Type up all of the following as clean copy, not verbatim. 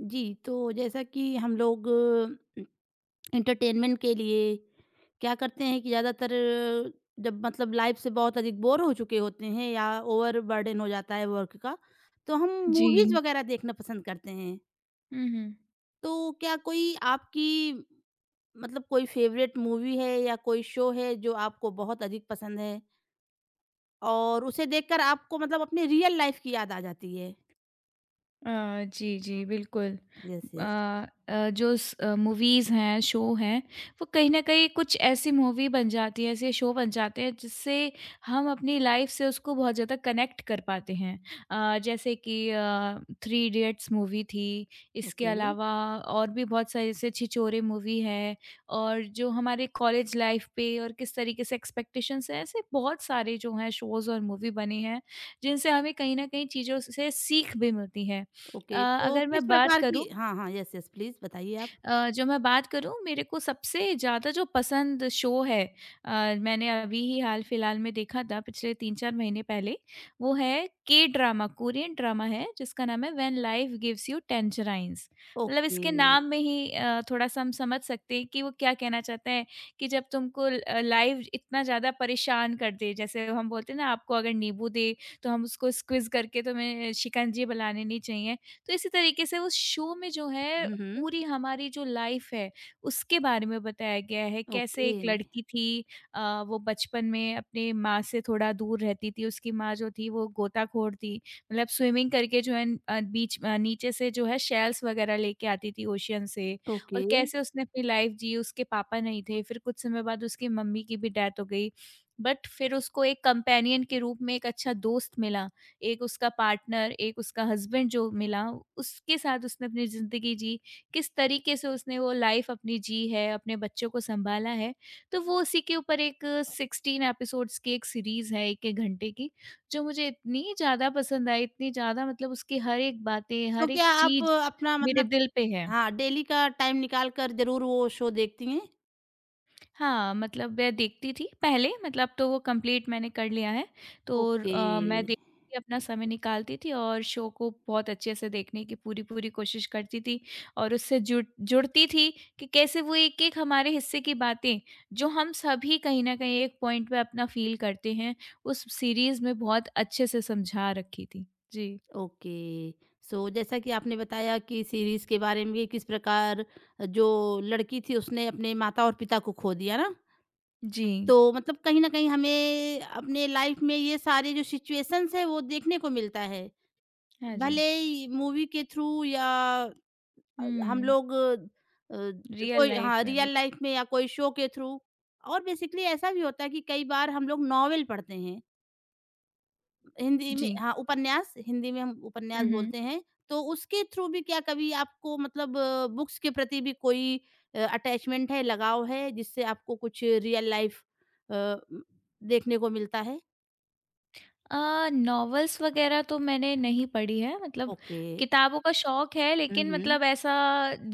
जी, तो जैसा कि हम लोग एंटरटेनमेंट के लिए क्या करते हैं कि ज़्यादातर जब लाइफ से बहुत अधिक बोर हो चुके होते हैं या ओवरबर्डन हो जाता है वर्क का, तो हम मूवीज़ जी। वगैरह देखना पसंद करते हैं। हुँ, हुँ। तो क्या कोई आपकी कोई फ़ेवरेट मूवी है या कोई शो है जो आपको बहुत अधिक पसंद है और उसे देखकर आपको अपनी रियल लाइफ़ की याद आ जाती है? अ, जी, जी, बिल्कुल। Yes, yes. मूवीज़ हैं, शो हैं, वो कहीं न कहीं कुछ ऐसी मूवी बन जाती है, ऐसे शो बन जाते हैं, जिससे हम अपनी लाइफ़ से उसको बहुत ज़्यादा कनेक्ट कर पाते हैं। जैसे कि थ्री इडियट्स मूवी थी, इसके ओके। अलावा और भी बहुत सारी जैसे छिछोरे मूवी है और जो हमारे कॉलेज लाइफ़ पे और किस तरीके से एक्सपेक्टेशंस हैं, ऐसे बहुत सारे जो हैं शोज़ और मूवी बने हैं, जिनसे हमें कहीं न कहीं चीज़ों से सीख भी मिलती है। अ, ओके, तो अगर किस मैं बात प्रकार करूँ की हाँ, हाँ, यस, यस, प्लीज़ बताइए आप। मेरे को सबसे ज़्यादा जो पसंद शो है, मैंने अभी ही हाल-फिलहाल में देखा था पिछले 3-4 महीने पहले, वो है के-ड्रामा कोरियन ड्रामा है जिसका नाम है when life gives you tangerines. मतलब ओके, इसके नाम में ही थोड़ा-सा हम समझ सकते हैं कि वो क्या कहना चाहते हैं कि जब तुमको लाइफ इतना ज़्यादा परेशान कर दे, जैसे हम बोलते हैं ना, आपको अगर नींबू दे तो हम उसको स्क्विज़ करके तुम्हें शिकंजी बनाने नहीं चाहिए। तो इसी तरीके से उस शो में जो है हुँ, हुँ, पूरी हमारी जो लाइफ है उसके बारे में बताया गया है। कैसे ओके, एक लड़की थी, वो बचपन में अपने माँ से थोड़ा दूर रहती थी। उसकी माँ जो थी वो गोताखोर थी, मतलब स्विमिंग करके जो है नीचे से जो है शेल्स वगैरह लेके आती थी ओशियन से। ओके। और कैसे उसने अपनी लाइफ जी, उसके पापा नहीं थे, फिर कुछ समय बाद उसकी मम्मी की भी डेथ हो गई। बट फिर उसको एक कंपेनियन के रूप में एक अच्छा दोस्त मिला, एक उसका पार्टनर, एक उसका हस्बैंड जो मिला, उसके साथ उसने अपनी ज़िंदगी जी, किस तरीके से उसने वो लाइफ अपनी जी है, अपने बच्चों को सँभाला है। तो वो उसी के ऊपर एक 16 एपिसोड्स की एक सीरीज़ है, 1-1 घंटे की, जो मुझे इतनी ज़्यादा पसंद आई, इतनी ज़्यादा, मतलब उसकी हर एक बातें, सो हर एक क्या आप चीज़ अपना मेरे मतलब दिल पे है। हाँ, डेली का टाइम निकाल कर ज़रूर वो शो देखती हैं? हाँ, मतलब मैं देखती थी पहले, मतलब अब तो वो कंप्लीट मैंने कर लिया है। तो ओके, मैं देखती थी, अपना समय निकालती थी और शो को बहुत अच्छे से देखने की पूरी-पूरी कोशिश करती थी और उससे जुड़ती थी कि कैसे वो एक-एक हमारे हिस्से की बातें जो हम सभी कहीं न कहीं एक पॉइंट पे अपना फ़ील करते हैं, उस सीरीज़ में बहुत अच्छे से समझा रखी थी। जी। ओके। सो जैसा कि आपने बताया कि सीरीज़ के बारे में किस प्रकार जो लड़की थी उसने अपने माता और पिता को खो दिया ना, जी। तो कहीं न कहीं हमें अपने लाइफ़ में ये सारे जो सिचुएशंस हैं वो देखने को मिलता है। हाँ जी। भले ही मूवी के थ्रू या हम हुँ, लोग रियल कोई हाँ, लाइफ़ में रियल भी। लाइफ में या कोई शो के थ्रू और बेसिकली ऐसा भी होता है कि कई बार हम लोग नॉवेल पढ़ते हैं। हिंदी में जी। हाँ, उपन्यास हिंदी में हम उपन्यास हुँ, हुँ। बोलते हैं। तो उसके थ्रू भी क्या कभी आपको बुक्स के प्रति भी कोई अटैचमेंट है, लगाव है जिससे आपको कुछ रियल लाइफ अ, उम, देखने को मिलता है? नॉवेल्स वगैरह तो मैंने नहीं पढ़ी है, मतलब ओके। किताबों का शौक है, हुँ, लेकिन हुँ। मतलब ऐसा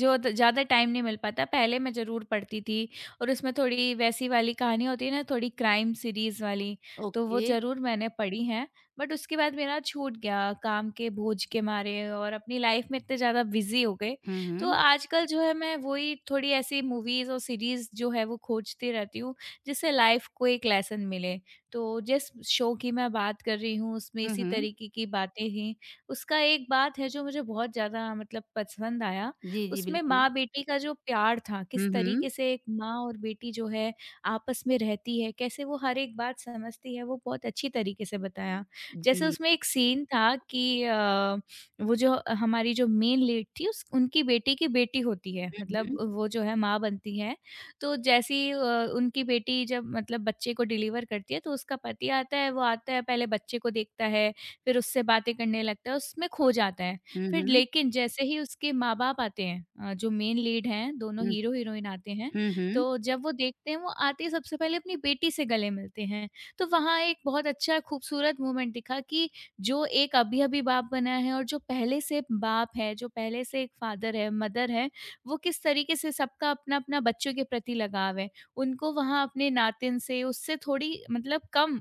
जो त ज़्यादा टाइम नहीं मिल पाता। पहले मैं ज़रूर पढ़ती थी और उसमें थोड़ी वैसी वाली कहानी होती है ना, थोड़ी क्राइम सीरीज़ वाली, तो वो ओके। ज़रूर मैंने पढ़ी हैं। बट उसके बाद मेरा छूट गया काम के बोझ के मारे और अपनी लाइफ़ में इतने ज़्यादा बिज़ी हो गए। हुँ, तो हुँ। आजकल जो है मैं वही थोड़ी ऐसी मूवीज़ और सीरीज़ जो है वो खोजती रहती हूँ, जिससे लाइफ़ को एक लेसन मिले। तो जिस शो की मैं बात कर रही हूँ उसमें हुँ, इसी हुँ। तरीके की बातें थीं। उसका एक बात है जो मुझे बहुत ज़्यादा मतलब पसंद आया, जी, जी, उसमें बिल्कुल। माँ-बेटी का जो प्यार था, हुँ, किस हुँ। तरीके से एक माँ और बेटी जो है आपस में रहती है, कैसे वो हर एक बात समझती है, वो बहुत अच्छी तरीके से बताया। जैसे जी। उसमें एक सीन था कि वो जो हमारी जो मेन लीड थी उस उनकी बेटी की बेटी होती है, मतलब वो जो है माँ बनती है। तो जैसे ही उनकी बेटी जब मतलब बच्चे को डिलीवर करती है तो उसका पति आता है, वो आता है, पहले बच्चे को देखता है, फिर उससे बातें करने लगता है, उसमें खो जाता है। हुँ, फिर हुँ। लेकिन जैसे ही उसके माँ-बाप आते हैं, जो मेन लीड हैं, दोनों हुँ, हीरो-हीरोइन आते हैं, हुँ। हुँ, हुँ। तो जब वो देखते हैं, वो आते ही सबसे पहले अपनी बेटी से गले मिलते हैं। तो वहाँ एक बहुत अच्छा खूबसूरत मोमेंट दिखा कि जो एक अभी-अभी बाप बना है और जो पहले से बाप है, जो पहले से एक फादर है, मदर है, वो किस तरीके से सबका अपना-अपना बच्चों के प्रति लगाव है। उनको वहाँ अपने नातिन से उससे थोड़ी मतलब कम,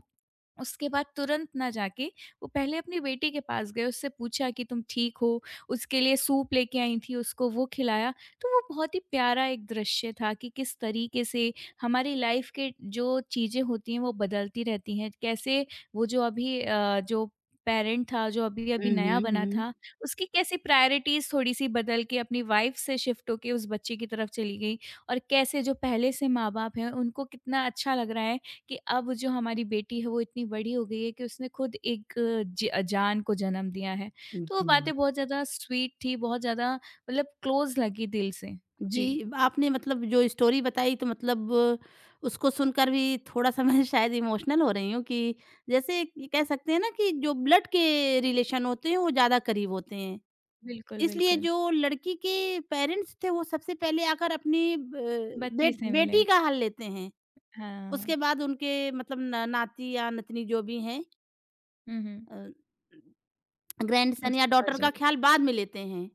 उसके बाद तुरंत ना जाके वो पहले अपनी बेटी के पास गए, उससे पूछा कि तुम ठीक हो? उसके लिए सूप लेके आई थी, उसको वो खिलाया। तो वो बहुत ही प्यारा एक दृश्य था कि किस तरीके से हमारी लाइफ़ के जो चीज़ें होती हैं वो बदलती रहती हैं। कैसे वो जो अभी अ, जो पेरेंट था, जो अभी-अभी हुँ, हुँ, नया बना हुँ। था, उसकी कैसे प्रायोरिटीज़ थोड़ी-सी बदल के अपनी वाइफ़ से शिफ्ट होके उस बच्चे की तरफ चली गई और कैसे जो पहले से माँ-बाप हैं, उनको कितना अच्छा लग रहा है कि अब जो हमारी बेटी है वो इतनी बड़ी हो गई है कि उसने खुद एक जान को जन्म दिया है। तो वो जी। बातें बहुत ज़्यादा स्वीट थी, बहुत ज़्यादा मतलब क्लोज लगी दिल से। जी, जी, आपने जो स्टोरी बताई तो उसको सुनकर भी थोड़ा-सा मैं शायद इमोशनल हो रही हूँ कि जैसे ये कह सकते हैं ना कि जो ब्लड के रिलेशन होते हैं वो ज़्यादा करीब होते हैं। बिल्कुल, इसलिए बिल्कुल। जो लड़की के पेरेंट्स थे वो सबसे पहले आकर अपनी ब बे बच्ची से मिले। बेटी का हाल लेते हैं। उसके हाँ। बाद उनके न नाती या नतनी जो भी हैं हम्म, हम्म। अ ग्रैंडसन या उसके पास डॉटर का जाओ। ख़्याल बाद में लेते हैं।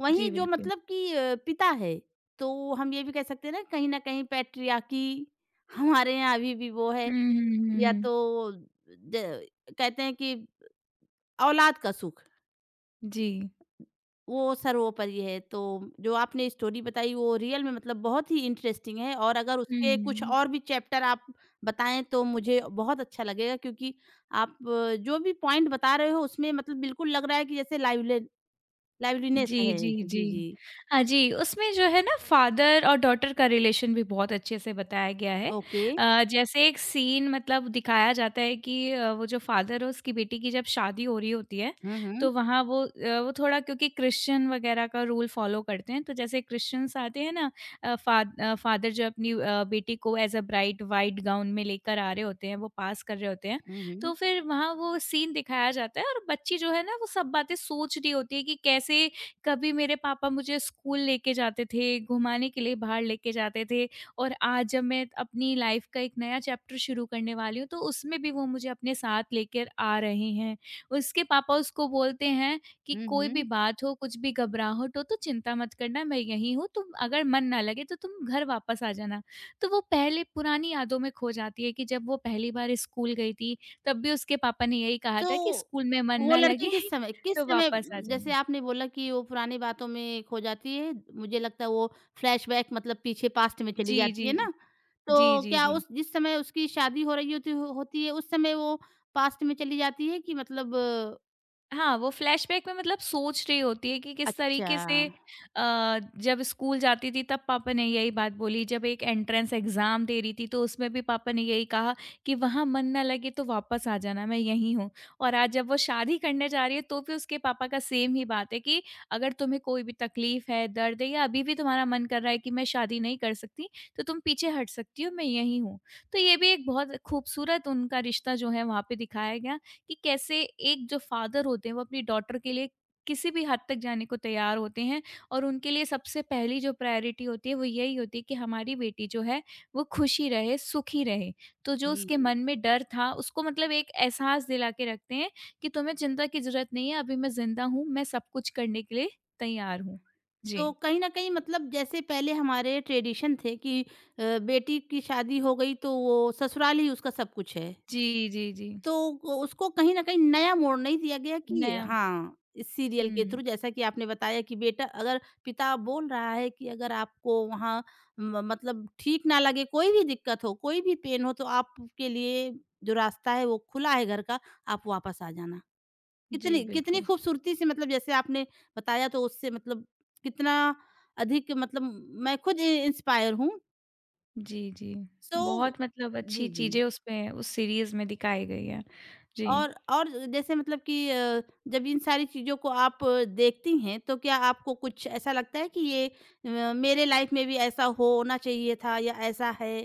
वहीं जी, जो बिल्कुल। पिता है, तो हम ये भी कह सकते हैं ना कहीं न कहीं पैट्रियार्की हमारे यहाँ अभी भी वो है हम्म, हम्म, या हम्म। तो ज कहते हैं कि औलाद का सुख, जी। वो सर्वोपरि है। तो जो आपने स्टोरी बताई वो रियल में बहुत ही इंटरेस्टिंग है और अगर उसके कुछ हम्म। और भी चैप्टर आप बताएँ तो मुझे बहुत अच्छा लगेगा क्योंकि आप जो भी पॉइंट बता रहे हो उसमें बिल्कुल लग रहा है कि जैसे लाइवले लाइवलीनेस जी, है। जी, जी, जी। जी। हाँ जी, उसमें जो है ना, फादर और डॉटर का रिलेशन भी बहुत अच्छे से बताया गया है। ओके। जैसे एक सीन मतलब दिखाया जाता है कि वो जो फादर है उसकी बेटी की जब शादी हो रही होती है, हुँ, हुँ। तो वहाँ वो वो थोड़ा क्योंकि क्रिश्चियन वगैरह का रूल फ़ॉलो करते हैं, तो जैसे क्रिश्चियंस आते हैं ना, फादर जो अपनी बेटी को as a bride white gown में लेकर आ रहे होते हैं, वो पास कर रहे होते हैं। हुँ, हुँ। तो फिर वहाँ वो सीन दिखाया जाता है और बच्ची जो है ना, वो सब बातें सोच रही होती है कि कैसे कभी मेरे पापा मुझे स्कूल लेके जाते थे, घुमाने के लिए बाहर लेके जाते थे, और आज जब मैं अपनी लाइफ़ का एक नया चैप्टर शुरू करने वाली हूँ, तो उसमें भी वो मुझे अपने साथ लेकर आ रहे हैं। उसके पापा उसको बोलते हैं कि, हुँ, "कोई भी हुँ। बात हो, कुछ भी घबराहट हो, तो चिंता मत करना, मैं यहीं हूँ। तुम अगर मन ना लगे, तो तुम घर वापस आ जाना।" तो वो पहले पुरानी यादों में खो जाती है कि जब वो पहली बार स्कूल गई थी, तब भी उसके पापा ने यही कहा था कि, तो "स्कूल में मन वो ना लड़की लगे, तो वापस आ जैसे जाना।" आपने बोला कि वो पुरानी बातों में खो जाती है, मुझे लगता है वो फ्लैशबैक पीछे पास्ट में चली जी, जाती जी, है ना? जी। जी, तो जी, क्या जी। उस जिस समय उसकी शादी हो रही होती होती है, उस समय वो पास्ट में चली जाती है कि हाँ, वो फ्लैशबैक में मतलब सोच रही होती है कि किस अच्छा। तरीके से जब स्कूल जाती थी तब पापा ने यही बात बोली, जब एक एंट्रेंस एग्ज़ाम दे रही थी तो उसमें भी पापा ने यही कहा कि वहाँ मन ना लगे तो वापस आ जाना, मैं यहीं हूँ। और आज जब वो शादी करने जा रही है तो भी उसके पापा का सेम ही बात है कि अगर तुम्हें कोई भी तकलीफ़ है, दर्द है या अभी भी तुम्हारा मन कर रहा है कि मैं शादी नहीं कर सकती, तो तुम पीछे हट सकती हो, मैं यहीं हूँ। तो ये भी एक बहुत खूबसूरत उनका रिश्ता जो है वहाँ पे दिखाया गया कि कैसे एक जो फादर होते हैं वो अपनी डॉटर के लिए किसी भी हद तक जाने को तैयार होते हैं और उनके लिए सबसे पहली जो प्रायोरिटी होती है वो यही होती है कि हमारी बेटी जो है वो खुशी रहे, सुखी रहे। तो जो जी। उसके मन में डर था उसको मतलब एक एहसास दिला के रखते हैं कि तुम्हें चिंता की ज़रूरत नहीं है, अभी मैं ज़िंदा हूँ, मैं सब कुछ करने के लिए तैयार हूँ। तो जी। कहीं न कहीं जैसे पहले हमारे ट्रेडिशन थे कि बेटी की शादी हो गई तो वो ससुराल ही उसका सब कुछ है। जी, जी, जी। तो ग उसको कहीं न कहीं नया मोड़ नहीं दिया गया कि नया। हाँ, इस सीरियल के हुँ, थ्रू जैसा कि आपने बताया कि बेटा अगर पिता बोल रहा है कि अगर आपको वहाँ म मतलब ठीक ना लगे, कोई भी दिक्कत हो, कोई भी पेन हो तो आपके लिए जो रास्ता है वो खुला है घर का, आप वापस आ जाना। जी, कितनी कितनी बिल्कुल। खूबसूरती से जैसे आपने बताया तो उससे कितना अधिक मैं खुद इ इंस्पायर हूँ। जी, जी। सो बहुत मतलब जी, अच्छी जी। चीज़ें उसमें, उस सीरीज़ में दिखाई गई हैं। जी। और जैसे जब इन सारी चीज़ों को आप देखती हैं तो क्या आपको कुछ ऐसा लगता है कि ये मेरे लाइफ में भी ऐसा होना चाहिए था या ऐसा है?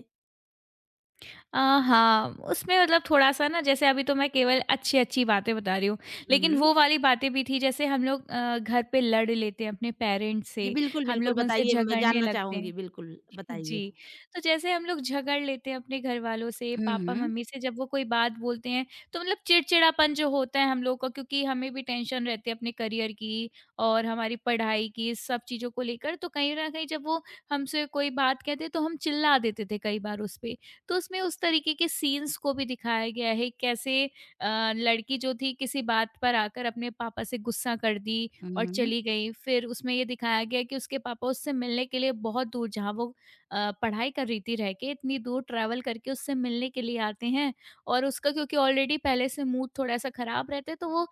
अ, हाँ, उसमें मतलब थोड़ा-सा ना, जैसे अभी तो मैं केवल अच्छी-अच्छी बातें बता रही हूँ, हुँ, लेकिन हुँ। वो वाली बातें भी थी, जैसे हम लोग घर पे लड़ लेते हैं अपने पेरेंट्स जी, से, बिल्कुल, हम बिल्कुल लोग उनसे बताइए मैं झगड़ने जानना लगते चाहूँगी। हैं। बिल्कुल बताइए। जी, तो जैसे हम लोग झगड़ लेते हैं अपने घर वालों से, हुँ, हुँ। पापा-मम्मी से, जब वो कोई बात बोलते हैं, तो मतलब चिड़चिड़ापन जो होता है हम लोग का, क्योंकि हमें भी टेंशन रहती है अपने करियर की और हमारी पढ़ाई की, सब चीज़ों को लेकर, तो कहीं न कहीं जब वो हमसे कोई बात कहते हैं, तो हम चिल्ला देते थे कई बार उस पे। तो उसमें उस तरीके के सीन्स को भी दिखाया गया है कैसे लड़की जो थी किसी बात पर आकर अपने पापा से गुस्सा कर दी हुँ, और हुँ। चली गई। फिर उसमें ये दिखाया गया कि उसके पापा उससे मिलने के लिए बहुत दूर, जहाँ वो पढ़ाई कर रही थी रह के, इतनी दूर ट्रैवल करके उससे मिलने के लिए आते हैं और उसका क्योंकि ऑलरेडी पहले से मूड थोड़ा-सा खराब रहता है, तो वो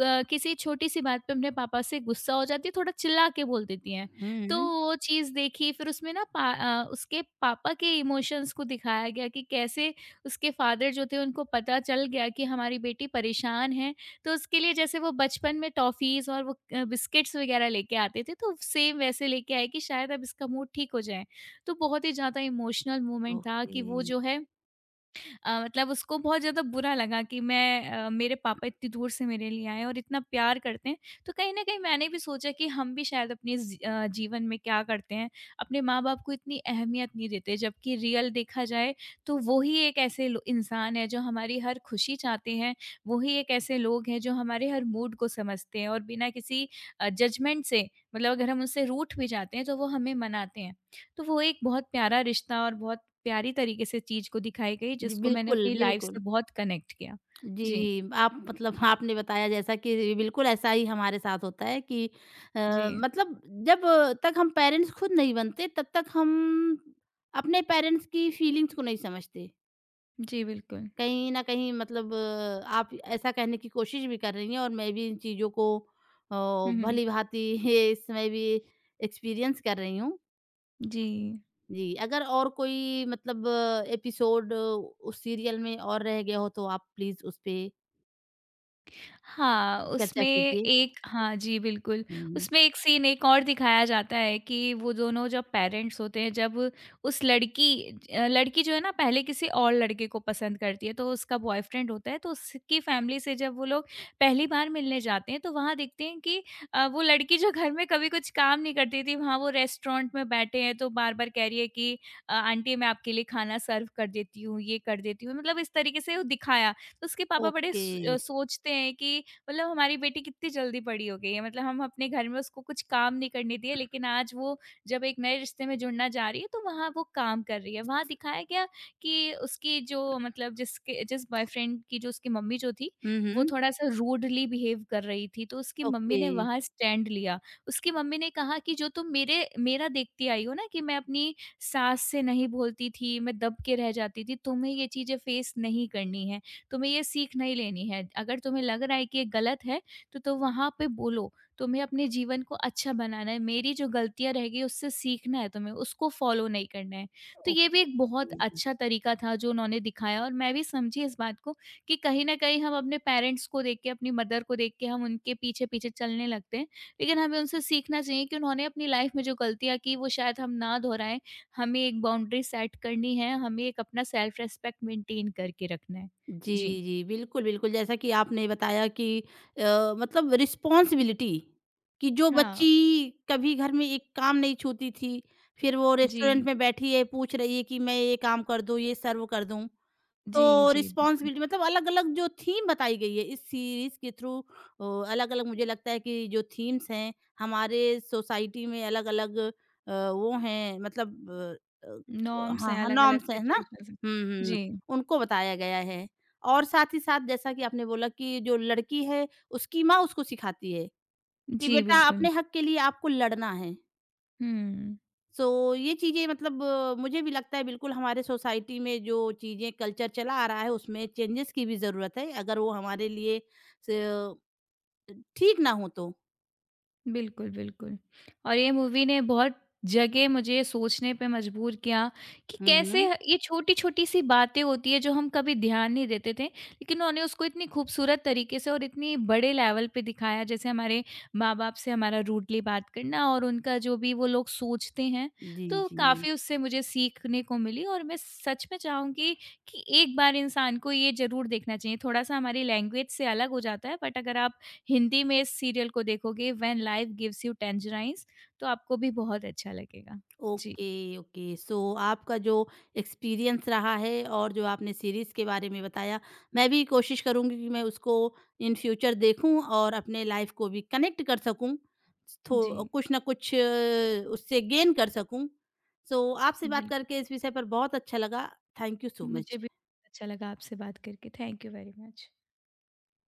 क किसी छोटी-सी बात पे अपने पापा से गुस्सा हो जाती है, थोड़ा चिल्ला के बोल देती हैं। तो हुँ। वो चीज़ देखी। फिर उसमें उसके पापा के इमोशंस को दिखाया गया कि कैसे उसके फादर जो थे उनको पता चल गया कि हमारी बेटी परेशान है, तो उसके लिए जैसे वो बचपन में टॉफ़ीज़ और वो बिस्किट्स वगैरह लेके आते थे, तो सेम वैसे लेके आए कि शायद अब इसका मूड ठीक हो जाए। तो बहुत ही ज़्यादा इमोशनल मोमेंट था ओके। कि वो जो है, मतलब उसको बहुत ज़्यादा बुरा लगा कि मेरे पापा इतनी दूर से मेरे लिए आए हैं और इतना प्यार करते हैं। तो कहीं न कहीं मैंने भी सोचा कि हम भी शायद अपने जीवन में क्या करते हैं, अपने माँ-बाप को इतनी अहमियत नहीं देते, जबकि रियल देखा जाए तो वो ही एक ऐसे लो इंसान है जो हमारी हर खुशी चाहते हैं, वो ही एक ऐसे लोग हैं जो हमारे हर मूड को समझते हैं और बिना किसी जजमेंट से मतलब अगर हम उनसे रूठ भी जाते हैं तो वो हमें मनाते हैं। तो वो एक बहुत प्यारा रिश्ता और बहुत प्यारी तरीके से चीज़ को दिखाई गई जी, जिसको मैंने बिल्कुल, अपनी लाइफ़ बिल्कुल। से बहुत कनेक्ट किया। जी, जी, आप आपने बताया जैसा कि बिल्कुल ऐसा ही हमारे साथ होता है कि अ, जी। मतलब जब तक हम पेरेंट्स खुद नहीं बनते तब तक हम अपने पेरेंट्स की फीलिंग्स को नहीं समझते। जी, बिल्कुल। कहीं न कहीं आप ऐसा कहने की कोशिश भी कर रही हैं और मैं भी इन चीज़ों को हुँ, हुँ। भली-भाँति ये इसमें भी एक्सपीरियंस कर रही हूँ। जी। जी, अगर और कोई एपिसोड उस सीरियल में और रह गया हो तो आप प्लीज़ उस पे हाँ, चर्चा उसमें कीजिए। एक। हाँ जी, बिल्कुल। हुँ। उसमें एक सीन एक और दिखाया जाता है कि वो दोनों जब पेरेंट्स होते हैं, जब उस लड़की लड़की जो है ना, पहले किसी और लड़के को पसंद करती है, तो उसका बॉयफ्रेंड होता है, तो उसकी फैमिली से जब वो लोग पहली बार मिलने जाते हैं, तो वहाँ देखते हैं कि वो लड़की जो घर में कभी कुछ काम नहीं करती थी, वहाँ वो रेस्टोरेंट में बैठे हैं, तो बार-बार कह रही है कि आंटी मैं आपके लिए खाना सर्व कर देती हूँ, ये कर देती हूँ। मतलब इस तरीके से वो दिखाया। तो उसके पापा बड़े ओके। सोचते हैं कि मतलब हमारी बेटी कितनी जल्दी बड़ी हो गई है, मतलब हम अपने घर में उसको कुछ काम नहीं करने दिए, लेकिन आज वो जब एक नए रिश्ते में जुड़ना जा रही है, तो वहाँ वो काम कर रही है। वहाँ दिखाया गया कि उसकी जो मतलब जिस बॉयफ्रेंड की जो उसकी मम्मी जो थी, हुँ, वो हुँ। थोड़ा-सा रूडली बिहेव कर रही थी, तो उसकी मम्मी ओके, ने वहाँ स्टैंड लिया। उसकी मम्मी ने कहा कि जो तुम मेरे मेरा देखती आई हो ना कि मैं अपनी सास से नहीं बोलती थी, मैं दब के रह जाती थी, तुम्हें ये चीज़ें फेस नहीं करनी है। तुम्हें ये सीख नहीं लेनी है। अगर तुम्हें लग रहा है कि ये गलत है, तो तुम वहाँ पे बोलो। तुम्हें अपने जीवन को अच्छा बनाना है। मेरी जो गलतियाँ रह गई उससे सीखना है तुम्हें, उसको फ़ॉलो नहीं करना है। तो ये भी ओके। एक बहुत अच्छा तरीका था जो उन्होंने दिखाया और मैं भी समझी इस बात को कि कहीं न कहीं हम अपने पेरेंट्स को देख के, अपनी मदर को देख के हम उनके पीछे-पीछे चलने लगते हैं। लेकिन हमें उनसे सीखना चाहिए कि उन्होंने अपनी लाइफ़ में जो गलतियाँ की वो शायद हम ना दोहराएँ। हमें एक बाउंड्री सेट करनी है, हमें एक अपना सेल्फ रिस्पेक्ट मेंटेन करके रखना है। जी, जी। जी, बिल्कुल, बिल्कुल, जैसा कि आपने बताया कि रिस्पॉन्सिबिलिटी कि जो हाँ, बच्ची कभी घर में एक काम नहीं छूती थी, फिर वो जी। रेस्टोरेंट में बैठी है, पूछ रही है कि मैं ये काम कर दूँ, ये सर्व कर दूँ। जी, तो जी, बिल्कुल। रिस्पॉन्सिबिलिटी अलग-अलग जो थीम बताई गई है इस सीरीज़ के थ्रू अ, अलग-अलग मुझे लगता है कि जो थीम्स हैं, हमारे सोसाइटी में वो हैं अ, नॉर्म्स हाँ, हैं, हाँ, अलग-अलग नॉर्म्स हैं, है ना? सिचुएशंस हैं। हुँ, हुँ, जी। उनको बताया गया है और साथ ही साथ जैसा कि आपने बोला कि जो लड़की है, उसकी माँ उसको सिखाती है कि जी, बेटा बिल्कुल। अपने हक के लिए आपको लड़ना है। हुँ। सो ये चीज़ें मुझे भी लगता है बिल्कुल हमारे सोसाइटी में जो चीज़ें कल्चर चला आ रहा है उसमें चेंजेस की भी ज़रूरत है अगर वो हमारे लिए स- ठीक ना हो तो बिल्कुल, बिल्कुल। और ये मूवी ने बहुत जगह मुझे सोचने पे मजबूर किया कि हम्म हम्म कैसे ये छोटी-छोटी सी बातें होती हैं जो हम कभी ध्यान नहीं देते थे, लेकिन उन्होंने उसको इतनी खूबसूरत तरीके से और इतनी बड़े लेवल पे दिखाया, जैसे हमारे माँ-बाप से हमारा रूडली बात करना और उनका जो भी वो लोग सोचते हैं, जी तो जी काफ़ी उससे मुझे सीखने को मिली। और मैं सच में चाहूँगी कि एक बार इंसान को ये ज़रूर देखना चाहिए। थोड़ा-सा हमारी लैंग्वेज से अलग हो जाता है बट अगर आप हिंदी में इस सीरियल को देखोगे when life gives you tangerines, तो आपको भी बहुत अच्छा लगेगा। जी, ओके, ओके। सो आपका जो एक्सपीरियंस रहा है और जो आपने सीरीज़ के बारे में बताया, मैं भी कोशिश करूँगी कि मैं उसको इन फ्यूचर देखूँ और अपने लाइफ़ को भी कनेक्ट कर सकूँ। थो जी, कुछ ना कुछ उससे गेन कर सकूँ। सो आपसे बात बिल्कुल। करके इस विषय पर बहुत अच्छा लगा। थैंक यू सो मुझे भी मच। अच्छा लगा आपसे बात करके। Thank you very much.